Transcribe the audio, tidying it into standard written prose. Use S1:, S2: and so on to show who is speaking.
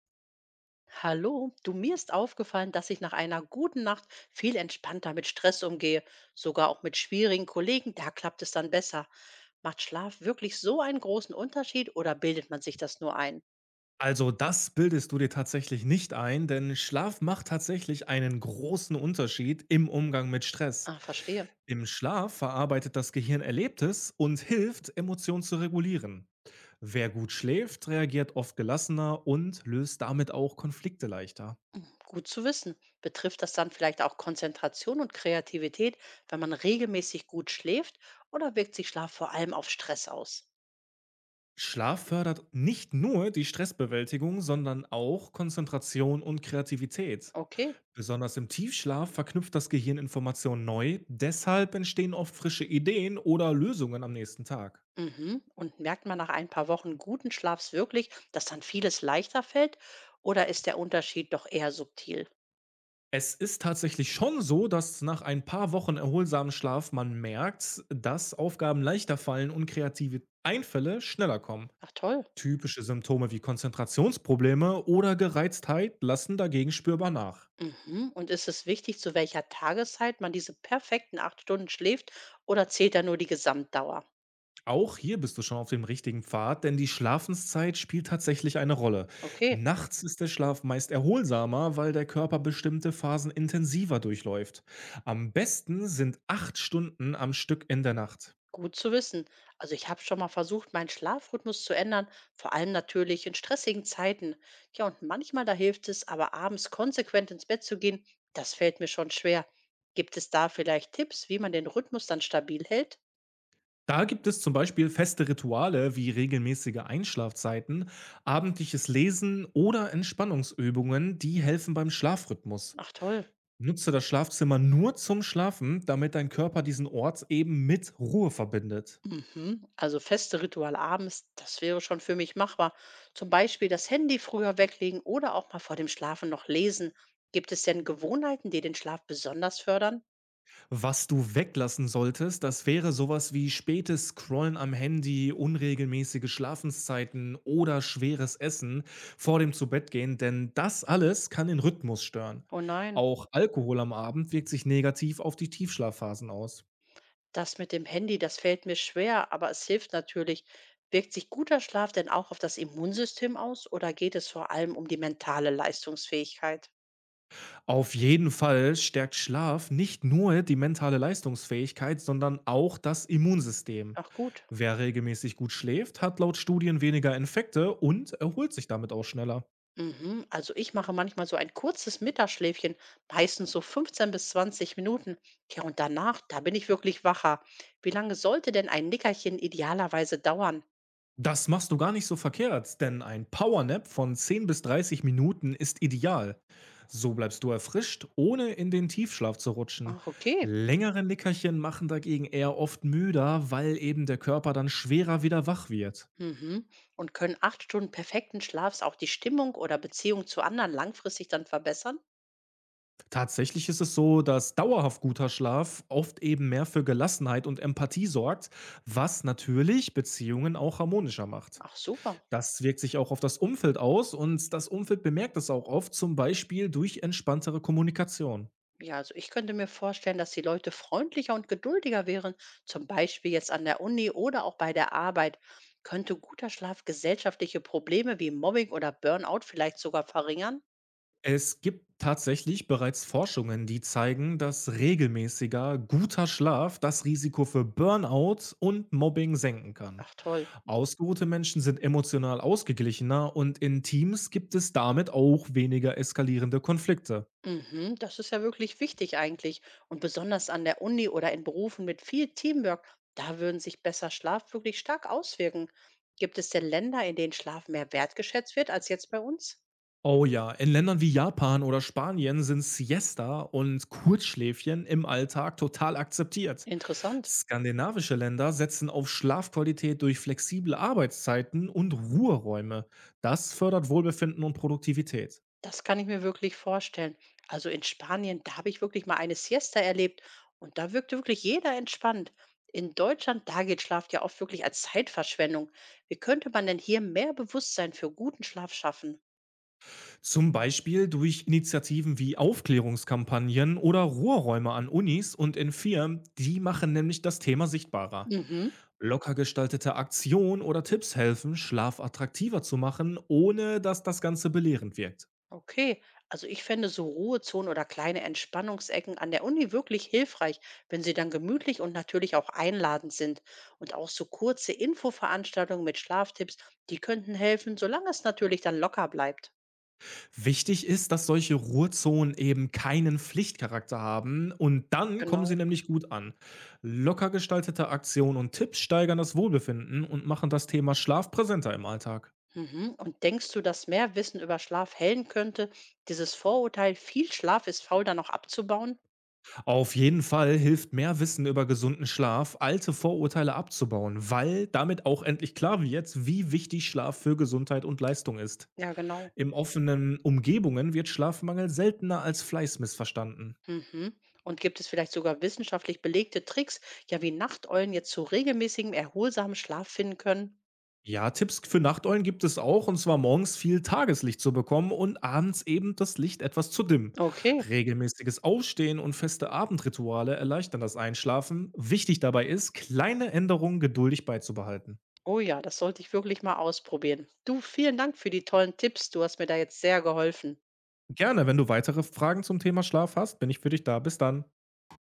S1: Hallo, du, mir ist aufgefallen, dass ich nach einer guten Nacht viel entspannter mit Stress umgehe, sogar auch mit schwierigen Kollegen, da klappt es dann besser. Macht Schlaf wirklich so einen großen Unterschied oder bildet man sich das nur ein?
S2: Also das bildest du dir tatsächlich nicht ein, denn Schlaf macht tatsächlich einen großen Unterschied im Umgang mit Stress.
S1: Ah, verstehe.
S2: Im Schlaf verarbeitet das Gehirn Erlebtes und hilft, Emotionen zu regulieren. Wer gut schläft, reagiert oft gelassener und löst damit auch Konflikte leichter.
S1: Gut zu wissen. Betrifft das dann vielleicht auch Konzentration und Kreativität, wenn man regelmäßig gut schläft oder wirkt sich Schlaf vor allem auf Stress aus?
S2: Schlaf fördert nicht nur die Stressbewältigung, sondern auch Konzentration und Kreativität.
S1: Okay.
S2: Besonders im Tiefschlaf verknüpft das Gehirn Informationen neu, deshalb entstehen oft frische Ideen oder Lösungen am nächsten Tag.
S1: Mhm. Und merkt man nach ein paar Wochen guten Schlafs wirklich, dass dann vieles leichter fällt? Oder ist der Unterschied doch eher subtil?
S2: Es ist tatsächlich schon so, dass nach ein paar Wochen erholsamen Schlaf man merkt, dass Aufgaben leichter fallen und kreative Einfälle schneller kommen.
S1: Ach toll.
S2: Typische Symptome wie Konzentrationsprobleme oder Gereiztheit lassen dagegen spürbar nach.
S1: Mhm. Und ist es wichtig, zu welcher Tageszeit man diese perfekten acht Stunden schläft? Oder zählt da nur die Gesamtdauer?
S2: Auch hier bist du schon auf dem richtigen Pfad, denn die Schlafenszeit spielt tatsächlich eine Rolle.
S1: Okay.
S2: Nachts ist der Schlaf meist erholsamer, weil der Körper bestimmte Phasen intensiver durchläuft. Am besten sind 8 Stunden am Stück in der Nacht.
S1: Gut zu wissen. Also ich habe schon mal versucht, meinen Schlafrhythmus zu ändern, vor allem natürlich in stressigen Zeiten. Ja, und manchmal da hilft es, aber abends konsequent ins Bett zu gehen, das fällt mir schon schwer. Gibt es da vielleicht Tipps, wie man den Rhythmus dann stabil hält?
S2: Da gibt es zum Beispiel feste Rituale wie regelmäßige Einschlafzeiten, abendliches Lesen oder Entspannungsübungen, die helfen beim Schlafrhythmus.
S1: Ach toll.
S2: Nutze das Schlafzimmer nur zum Schlafen, damit dein Körper diesen Ort eben mit Ruhe verbindet.
S1: Mhm. Also feste Ritual abends, das wäre schon für mich machbar. Zum Beispiel das Handy früher weglegen oder auch mal vor dem Schlafen noch lesen. Gibt es denn Gewohnheiten, die den Schlaf besonders fördern?
S2: Was du weglassen solltest, das wäre sowas wie spätes Scrollen am Handy, unregelmäßige Schlafenszeiten oder schweres Essen vor dem Zubettgehen, denn das alles kann den Rhythmus stören.
S1: Oh nein.
S2: Auch Alkohol am Abend wirkt sich negativ auf die Tiefschlafphasen aus.
S1: Das mit dem Handy, das fällt mir schwer, aber es hilft natürlich. Wirkt sich guter Schlaf denn auch auf das Immunsystem aus oder geht es vor allem um die mentale Leistungsfähigkeit?
S2: Auf jeden Fall stärkt Schlaf nicht nur die mentale Leistungsfähigkeit, sondern auch das Immunsystem.
S1: Ach gut.
S2: Wer regelmäßig gut schläft, hat laut Studien weniger Infekte und erholt sich damit auch schneller.
S1: Mhm. Also ich mache manchmal so ein kurzes Mittagsschläfchen, meistens so 15 bis 20 Minuten. Ja, und danach, da bin ich wirklich wacher. Wie lange sollte denn ein Nickerchen idealerweise dauern?
S2: Das machst du gar nicht so verkehrt, denn ein Powernap von 10 bis 30 Minuten ist ideal. So bleibst du erfrischt, ohne in den Tiefschlaf zu rutschen.
S1: Ach, okay.
S2: Längere Nickerchen machen dagegen eher oft müder, weil eben der Körper dann schwerer wieder wach wird.
S1: Mhm. Und können acht Stunden perfekten Schlafs auch die Stimmung oder Beziehung zu anderen langfristig dann verbessern?
S2: Tatsächlich ist es so, dass dauerhaft guter Schlaf oft eben mehr für Gelassenheit und Empathie sorgt, was natürlich Beziehungen auch harmonischer macht.
S1: Ach super.
S2: Das wirkt sich auch auf das Umfeld aus und das Umfeld bemerkt es auch oft, zum Beispiel durch entspanntere Kommunikation.
S1: Ja, also ich könnte mir vorstellen, dass die Leute freundlicher und geduldiger wären, zum Beispiel jetzt an der Uni oder auch bei der Arbeit. Könnte guter Schlaf gesellschaftliche Probleme wie Mobbing oder Burnout vielleicht sogar verringern?
S2: Es gibt tatsächlich bereits Forschungen, die zeigen, dass regelmäßiger, guter Schlaf das Risiko für Burnout und Mobbing senken kann.
S1: Ach toll.
S2: Ausgeruhte Menschen sind emotional ausgeglichener und in Teams gibt es damit auch weniger eskalierende Konflikte.
S1: Mhm, das ist ja wirklich wichtig eigentlich. Und besonders an der Uni oder in Berufen mit viel Teamwork, da würden sich besser Schlaf wirklich stark auswirken. Gibt es denn Länder, in denen Schlaf mehr wertgeschätzt wird als jetzt bei uns?
S2: Oh ja, in Ländern wie Japan oder Spanien sind Siesta und Kurzschläfchen im Alltag total akzeptiert.
S1: Interessant.
S2: Skandinavische Länder setzen auf Schlafqualität durch flexible Arbeitszeiten und Ruheräume. Das fördert Wohlbefinden und Produktivität.
S1: Das kann ich mir wirklich vorstellen. Also in Spanien, da habe ich wirklich mal eine Siesta erlebt und da wirkte wirklich jeder entspannt. In Deutschland, da gilt Schlaf ja oft wirklich als Zeitverschwendung. Wie könnte man denn hier mehr Bewusstsein für guten Schlaf schaffen?
S2: Zum Beispiel durch Initiativen wie Aufklärungskampagnen oder Ruheräume an Unis und in Firmen, die machen nämlich das Thema sichtbarer.
S1: Mhm,
S2: Locker gestaltete Aktionen oder Tipps helfen, Schlaf attraktiver zu machen, ohne dass das Ganze belehrend wirkt.
S1: okay. Also ich fände so Ruhezonen oder kleine Entspannungsecken an der Uni wirklich hilfreich, wenn sie dann gemütlich und natürlich auch einladend sind. Und auch so kurze Infoveranstaltungen mit Schlaftipps, die könnten helfen, solange es natürlich dann locker bleibt.
S2: Wichtig ist, dass solche Ruhezonen eben keinen Pflichtcharakter haben und dann kommen sie
S1: Genau.
S2: nämlich gut an. Locker gestaltete Aktionen und Tipps steigern das Wohlbefinden und machen das Thema Schlaf präsenter im Alltag.
S1: Mhm. Und denkst du, dass mehr Wissen über Schlaf hellen könnte, dieses Vorurteil, viel Schlaf ist faul, dann auch abzubauen?
S2: Auf jeden Fall hilft mehr Wissen über gesunden Schlaf, alte Vorurteile abzubauen, weil damit auch endlich klar wird, wie wichtig Schlaf für Gesundheit und Leistung ist.
S1: Ja, genau.
S2: In offenen Umgebungen wird Schlafmangel seltener als Fleiß missverstanden.
S1: Mhm. Und gibt es vielleicht sogar wissenschaftlich belegte Tricks, ja, wie Nachteulen jetzt zu regelmäßigem, erholsamen Schlaf finden können?
S2: Ja, Tipps für Nachteulen gibt es auch, und zwar morgens viel Tageslicht zu bekommen und abends eben das Licht etwas zu dimmen.
S1: Okay.
S2: Regelmäßiges Aufstehen und feste Abendrituale erleichtern das Einschlafen. Wichtig dabei ist, kleine Änderungen geduldig beizubehalten.
S1: Oh ja, das sollte ich wirklich mal ausprobieren. Du, vielen Dank für die tollen Tipps. Du hast mir da jetzt sehr geholfen.
S2: Gerne, wenn du weitere Fragen zum Thema Schlaf hast, bin ich für dich da. Bis dann.